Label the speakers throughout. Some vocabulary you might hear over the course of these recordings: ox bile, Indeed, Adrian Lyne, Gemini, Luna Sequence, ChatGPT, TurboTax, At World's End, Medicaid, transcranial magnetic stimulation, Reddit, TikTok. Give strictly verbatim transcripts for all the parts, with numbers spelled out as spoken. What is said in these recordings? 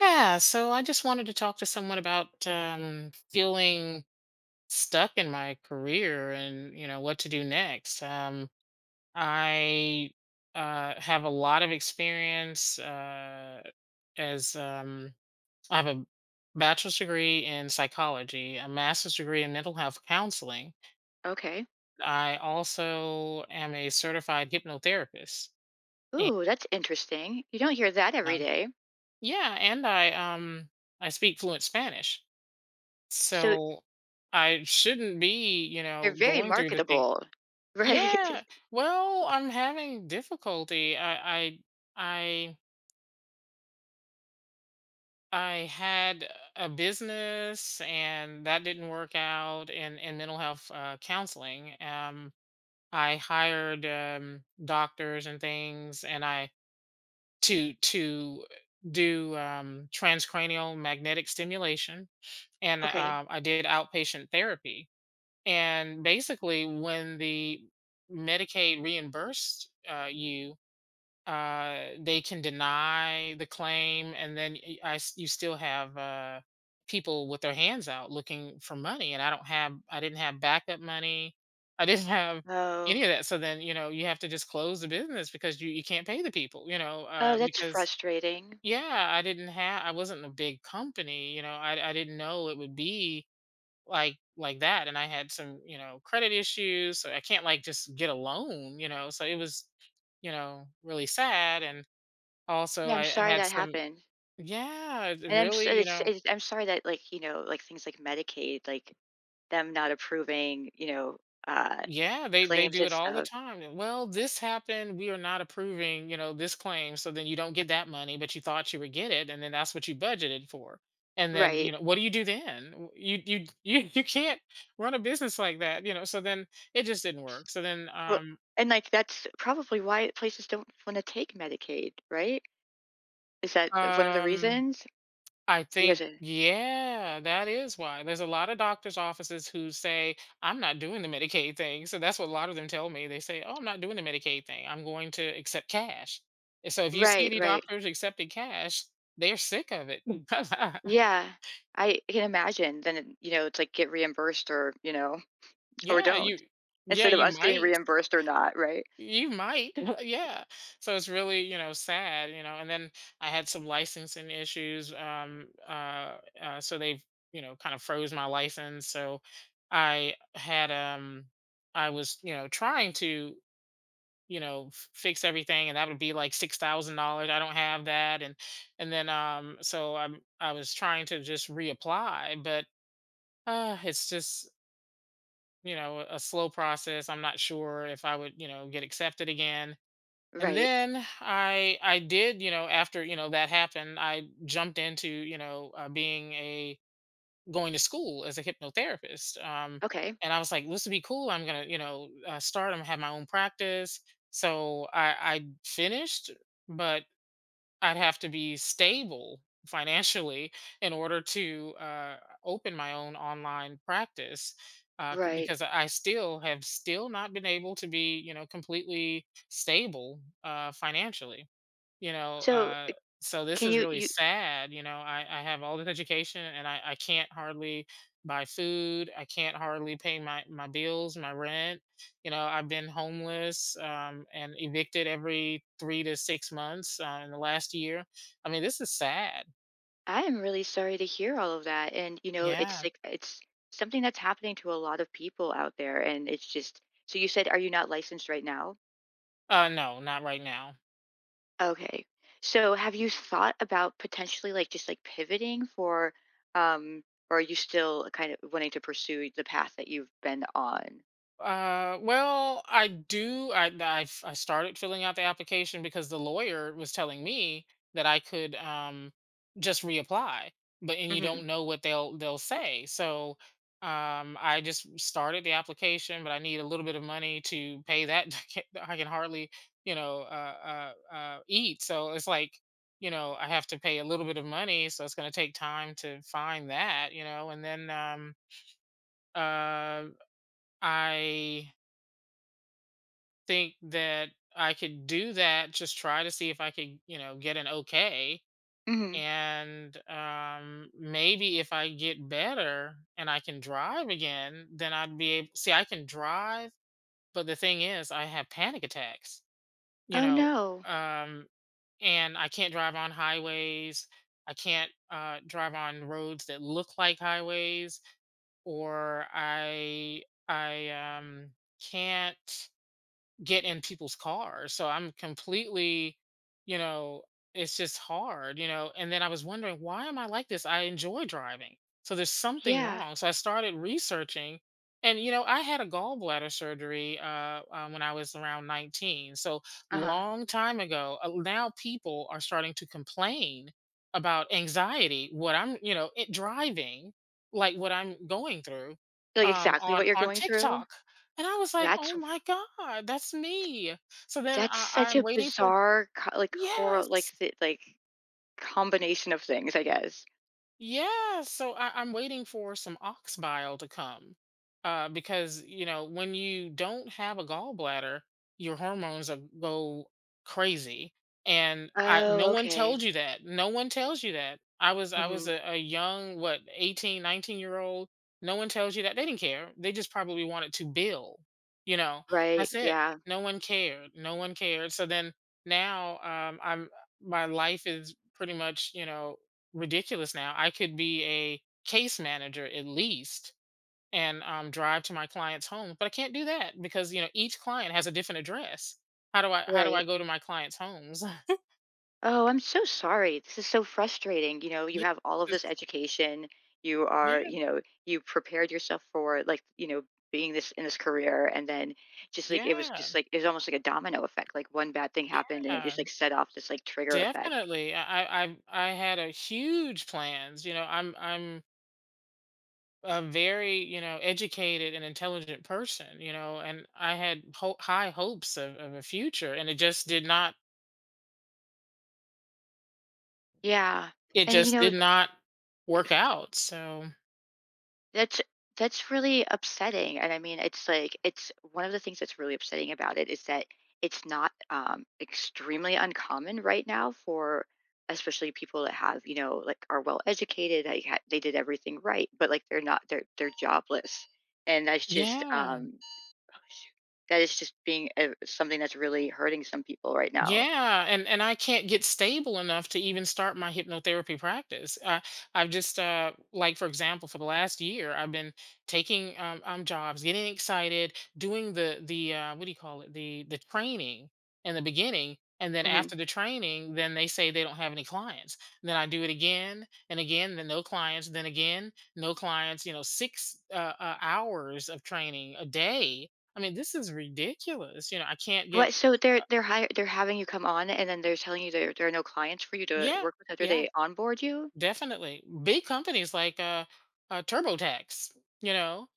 Speaker 1: Yeah, so I just wanted to talk to someone about um, feeling stuck in my career and you know what to do next. Um, I uh, have a lot of experience uh, as um, I have a bachelor's degree in psychology, a master's degree in mental health counseling.
Speaker 2: Okay.
Speaker 1: I also am a certified hypnotherapist, and
Speaker 2: Ooh, that's interesting. You don't hear that every
Speaker 1: uh,
Speaker 2: day.
Speaker 1: yeah, and I um, I speak fluent Spanish.
Speaker 2: So
Speaker 1: So, I shouldn't be, you
Speaker 2: they are
Speaker 1: know,
Speaker 2: very
Speaker 1: going through the thing.
Speaker 2: marketable, right?
Speaker 1: Yeah. Well, I'm having difficulty. I I I I had a business and that didn't work out in in mental health uh, counseling. Um, I hired um, doctors and things, and I to to do um, transcranial magnetic stimulation, and
Speaker 2: Okay.
Speaker 1: uh, I did outpatient therapy. And basically, when the Medicaid reimbursed uh, you, uh, they can deny the claim, and then y- I s- you still have uh, people with their hands out looking for money. And I don't have, I didn't have backup money, I didn't have any
Speaker 2: Oh,
Speaker 1: of that. So then you know you have to just close the business because you you can't pay the people. You know
Speaker 2: oh,
Speaker 1: uh,
Speaker 2: that's
Speaker 1: because
Speaker 2: frustrating.
Speaker 1: yeah, I didn't have, I wasn't a big company. You know, I I didn't know it would be like like that. And I had some, you know, credit issues, so I can't like just get a loan, you know, so it was, you know, really sad. And also
Speaker 2: Yeah, I'm
Speaker 1: I
Speaker 2: sorry
Speaker 1: had
Speaker 2: that
Speaker 1: some,
Speaker 2: happened,
Speaker 1: yeah, it
Speaker 2: and I'm s-
Speaker 1: really, you
Speaker 2: it's,
Speaker 1: know.
Speaker 2: it's I'm sorry that like you know like things like Medicaid, like them not approving, you know, uh,
Speaker 1: Yeah, they they
Speaker 2: claims
Speaker 1: do
Speaker 2: and
Speaker 1: it all the
Speaker 2: stuff.
Speaker 1: time. Well, this happened. We are not approving, you know, this claim, so then you don't get that money, but you thought you would get it, and then that's what you budgeted for. And then, you
Speaker 2: Right.
Speaker 1: know, what do you do then? W- you you you, you can't run a business like that, you know. So then it just didn't work. So then
Speaker 2: Well,
Speaker 1: um
Speaker 2: and like that's probably why places don't want to take Medicaid, right? Is that one of the
Speaker 1: um
Speaker 2: reasons?
Speaker 1: I
Speaker 2: Because
Speaker 1: think,
Speaker 2: it,
Speaker 1: yeah, that is why. There's a lot of doctor's offices who say, I'm not doing the Medicaid thing. So that's what a lot of them tell me. They say, Oh, I'm not doing the Medicaid thing. I'm going to accept cash. And so if you see
Speaker 2: right,
Speaker 1: any
Speaker 2: right.
Speaker 1: doctors accepting cash, they're sick of it.
Speaker 2: Yeah, I can imagine. Then, it- you know, it's like get reimbursed or, you know, or
Speaker 1: Yeah, you,
Speaker 2: don't
Speaker 1: yeah,
Speaker 2: instead of
Speaker 1: you
Speaker 2: us getting
Speaker 1: might.
Speaker 2: reimbursed or not, right?
Speaker 1: You might, yeah. So it's really, you know, sad, you know. And then I had some licensing issues. Um, uh, uh, so they, you know, kind of froze my license. So I had, um, I was, you know, trying to, you know, f- fix everything, and that would be like six thousand dollars. I don't have that, and and then, um, so I'm, I was trying to just reapply, but uh, it's just, you know, a slow process. I'm not sure if I would, you know, get accepted again. And
Speaker 2: Right.
Speaker 1: then i i did, you know, after, you know, that happened, I jumped into, you know, uh, being a going to school as a hypnotherapist, um,
Speaker 2: Okay.
Speaker 1: and I was like, this would be cool. I'm gonna you know uh, start I'm gonna have my own practice. So i i finished, but I'd have to be stable financially in order to uh, open my own online practice. Uh, c-
Speaker 2: Right.
Speaker 1: because I still have still not been able to be, you know, completely stable uh, financially, you know,
Speaker 2: So,
Speaker 1: uh so this
Speaker 2: can
Speaker 1: is
Speaker 2: you,
Speaker 1: really
Speaker 2: you,
Speaker 1: sad, you know. I i have all this education and i i can't hardly buy food. I can't hardly pay my my bills, my rent. You know, I've been homeless um and evicted every three to six months uh, in the last year. I mean, this is sad.
Speaker 2: I am really sorry to hear all of that. And, you know, it's
Speaker 1: Yeah.
Speaker 2: like, it's something that's happening to a lot of people out there. And it's just, so you said, are you not licensed right now?
Speaker 1: Uh no, not right now.
Speaker 2: Okay. So, have you thought about potentially like just like pivoting for, um, or are you still kind of wanting to pursue the path that you've been on?
Speaker 1: Uh, well, I do. I, I f- I started filling out the application because the lawyer was telling me that I could um just reapply, but and you
Speaker 2: Mhm,
Speaker 1: don't know what they'll they'll say. So um I just started the application, but I need a little bit of money to pay that. I can, I can hardly, you know, uh, uh, uh, eat. So it's like, you know, I have to pay a little bit of money, so it's going to take time to find that, you know, and then um uh I think that I could do that, just try to see if I could, you know, get an okay.
Speaker 2: mhm.
Speaker 1: And um, maybe if I get better and I can drive again, then I'd be able. See, I can drive, but the thing is, I have panic attacks. You
Speaker 2: Oh,
Speaker 1: know,
Speaker 2: no.
Speaker 1: um, and I can't drive on highways. I can't uh, drive on roads that look like highways, or I I um, can't get in people's cars. So I'm completely, you know, it's just hard, you know. And then I was wondering, why am I like this? I enjoy driving. So there's something
Speaker 2: Yeah.
Speaker 1: wrong. So I started researching. And, you know, I had a gallbladder surgery uh, um, when I was around nineteen. So
Speaker 2: Uh-huh.
Speaker 1: long time ago, uh, now people are starting to complain about anxiety, what I'm, you know, it driving, like what I'm going through
Speaker 2: Like,
Speaker 1: um,
Speaker 2: exactly what
Speaker 1: on,
Speaker 2: you're
Speaker 1: on
Speaker 2: going through?
Speaker 1: TikTok. And I was like,
Speaker 2: That's
Speaker 1: "Oh my god, that's me." So then
Speaker 2: that's
Speaker 1: I
Speaker 2: such
Speaker 1: I'm
Speaker 2: a
Speaker 1: waiting for.
Speaker 2: bizarre co like, coral like,
Speaker 1: Yes.
Speaker 2: th like, combination of things, I guess.
Speaker 1: Yeah, so I, I'm waiting for some ox bile to come. Uh, because, you know, when you don't have a gallbladder, your hormones are, go crazy. And I, no
Speaker 2: Oh,
Speaker 1: one
Speaker 2: okay.
Speaker 1: told you that. No one tells you that. I was I was
Speaker 2: Mhm.
Speaker 1: a, a young, what, eighteen, nineteen year old. No one tells you that. They didn't care. They just probably wanted to bill. You know,
Speaker 2: Right,
Speaker 1: that's it.
Speaker 2: yeah,
Speaker 1: No one cared. No one cared. So then now um I'm my life is pretty much, you know, ridiculous now. I could be a case manager at least and um, drive to my client's home, but I can't do that because you know each client has a different address. How do I how do I
Speaker 2: right.
Speaker 1: go to my clients' homes?
Speaker 2: Oh, I'm so sorry. This is so frustrating. You know, you
Speaker 1: Yeah,
Speaker 2: have all of this
Speaker 1: it's-
Speaker 2: education. You are,
Speaker 1: yeah,
Speaker 2: you know, you prepared yourself for like, you know, being this in this career and then just like it was
Speaker 1: yeah,
Speaker 2: just like it was almost like a domino effect. Like one bad thing happened and it
Speaker 1: yeah,
Speaker 2: just like set off this like trigger effect.
Speaker 1: definitely. I I I've- I had a huge plans. You know, I'm I'm a very, you know, educated and intelligent person. You know, and I had ho- high hopes of, of a future, and it just did not.
Speaker 2: Yeah.
Speaker 1: It
Speaker 2: And you
Speaker 1: just
Speaker 2: know,
Speaker 1: did not work out, so
Speaker 2: That's that's really upsetting, and I mean, it's like it's one of the things that's really upsetting about it is that it's not, um, extremely uncommon right now for especially people that have, you know, like, are well educated, like, ha they did everything right, but, like, they're not they're they're jobless, and that's just,
Speaker 1: yeah.
Speaker 2: um oh, that is just being, uh, something that's really hurting some people right now.
Speaker 1: Yeah, and and I can't get stable enough to even start my hypnotherapy practice. Uh, I've just uh, like for example, for the last year, I've been taking um, um jobs, getting excited, doing the the uh, what do you call it, the the training in the beginning, and then
Speaker 2: Mhm.
Speaker 1: after the training, then they say they don't have any clients. Then I do it again and again, then no clients, then again no clients. You know, six uh, uh, hours of training a day. I mean, this is ridiculous. You know, I can't get,
Speaker 2: What so they're they're hire they're having you come on, and then they're telling you there there are no clients for you to
Speaker 1: yeah,
Speaker 2: work with after
Speaker 1: yeah.
Speaker 2: they onboard you?
Speaker 1: Definitely. Big companies like uh, uh TurboTax, you know.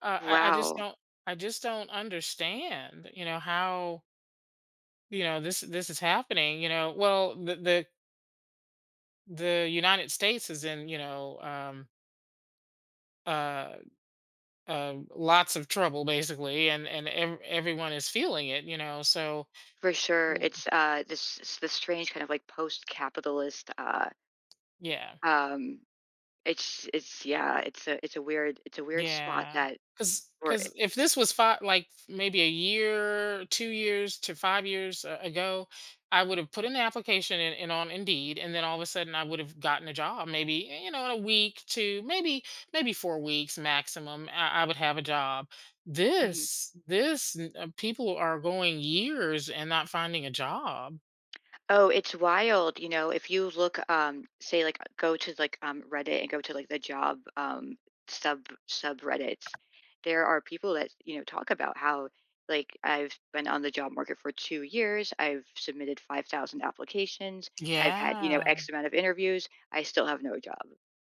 Speaker 1: Uh, I, I just
Speaker 2: Wow.
Speaker 1: don't, I just don't understand, you know, how, you know, this this is happening, you know. Well, the the the United States is in, you know, um uh, uh lots of trouble basically, and and ev- everyone is feeling it, you know. So
Speaker 2: For sure,
Speaker 1: w-
Speaker 2: it's, uh, this it's this strange kind of, like, post-capitalist, uh,
Speaker 1: yeah.
Speaker 2: um, it's it's yeah, it's a it's a weird it's a weird spot
Speaker 1: Yeah,
Speaker 2: that
Speaker 1: cause
Speaker 2: we're
Speaker 1: cause if this was five like, maybe a year, two years to five years a ago, I would have put in the application and and on Indeed, and then all of a sudden, I would have gotten a job maybe, eh, you know, in a week to maybe maybe four weeks maximum, I I would have a job.
Speaker 2: mhm.
Speaker 1: This this n uh, people are going years and not finding a job.
Speaker 2: oh, it's wild. You know, if you look, um, say like go to like um Reddit and go to like the job um sub subreddits, there are people that, you know, talk about how like I've been on the job market for two years, I've submitted five thousand applications, I've had, you know,
Speaker 1: Yeah.
Speaker 2: X amount of interviews, I still have no job.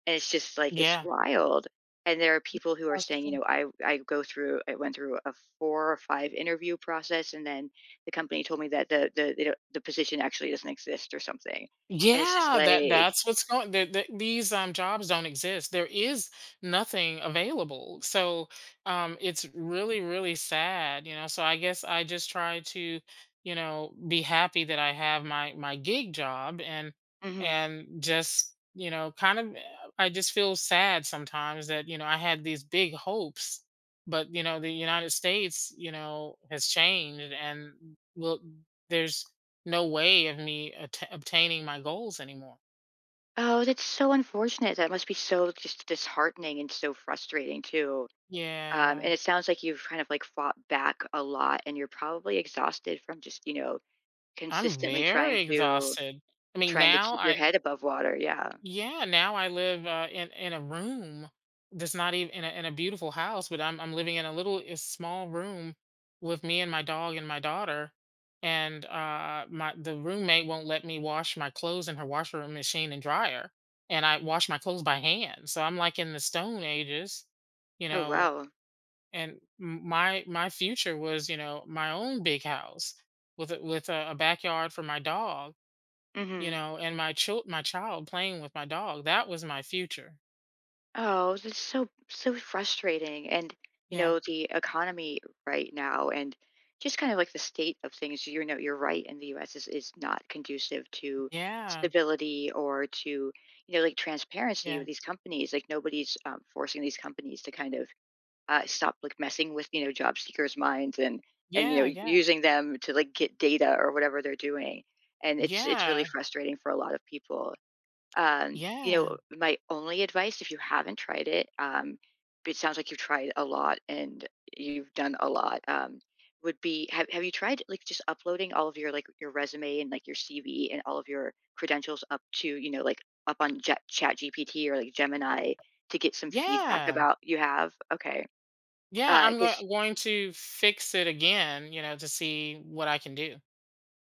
Speaker 2: And it's just like it's
Speaker 1: Yeah.
Speaker 2: wild. And there are people who are saying, you know, I I go through I went through a four or five interview process and then the company told me that the the they don't the position actually doesn't exist or something. And it's just
Speaker 1: Yeah, that
Speaker 2: like
Speaker 1: that's what's going, that that these um jobs don't exist. There is nothing available. So um it's really, really sad, you know. So I guess I just try to, you know, be happy that I have my my gig job and
Speaker 2: mhm.
Speaker 1: and just, you know, kind of uh, I just feel sad sometimes that, you know, I had these big hopes, but you know, the United States, you know, has changed and well there's no way of me atta obtaining my goals anymore.
Speaker 2: Oh, that's so unfortunate. That must be so just disheartening and so frustrating too. Um, and
Speaker 1: Yeah,
Speaker 2: it sounds like you've kind of like fought back a lot and you're probably exhausted from just, you know,
Speaker 1: I'm
Speaker 2: consistently trying
Speaker 1: very
Speaker 2: to
Speaker 1: exhausted. I mean,
Speaker 2: trying to
Speaker 1: now
Speaker 2: keep your
Speaker 1: I,
Speaker 2: head above water. Yeah.
Speaker 1: yeah, now I live uh, in in a room that's not even in a in a beautiful house, but I'm I'm living in a little a small room with me and my dog and my daughter. And uh, my the roommate won't let me wash my clothes in her washer and machine and dryer, and I wash my clothes by hand. So I'm like in the stone ages, you
Speaker 2: Oh,
Speaker 1: know.
Speaker 2: wow.
Speaker 1: And m- my my future was, you know, my own big house with a, with a, a backyard for my dog, you
Speaker 2: Mhm.
Speaker 1: know, and my child my child playing with my dog. That was my future.
Speaker 2: Oh, it's so so frustrating, and you
Speaker 1: Yeah,
Speaker 2: know the economy right now, and just kind of like the state of things. You know, you're right. In the U S is is not conducive to
Speaker 1: yeah.
Speaker 2: stability or to you know like transparency with
Speaker 1: yeah
Speaker 2: these companies. Like nobody's um, forcing these companies to kind of uh, stop like messing with you know job seekers' minds and and you
Speaker 1: yeah
Speaker 2: know
Speaker 1: yeah
Speaker 2: using them to like get data or whatever they're doing. And it's it's really
Speaker 1: yeah
Speaker 2: frustrating for a lot of people. Um, you
Speaker 1: yeah
Speaker 2: know, my only advice, if you haven't tried it, um, it sounds like you've tried a lot and you've done a lot, um, would be have have you tried like just uploading all of your like your resume and like your C V and all of your credentials up to, you know, like up on Jet, Chat G P T or like Gemini to get some feedback
Speaker 1: yeah
Speaker 2: about you have? Okay.
Speaker 1: yeah I'm go-
Speaker 2: Because
Speaker 1: going to fix it again, you know, to see what I can do.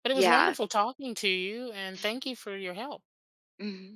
Speaker 1: But it was
Speaker 2: yeah.
Speaker 1: wonderful talking to you, and thank you for your help.
Speaker 2: Mhm.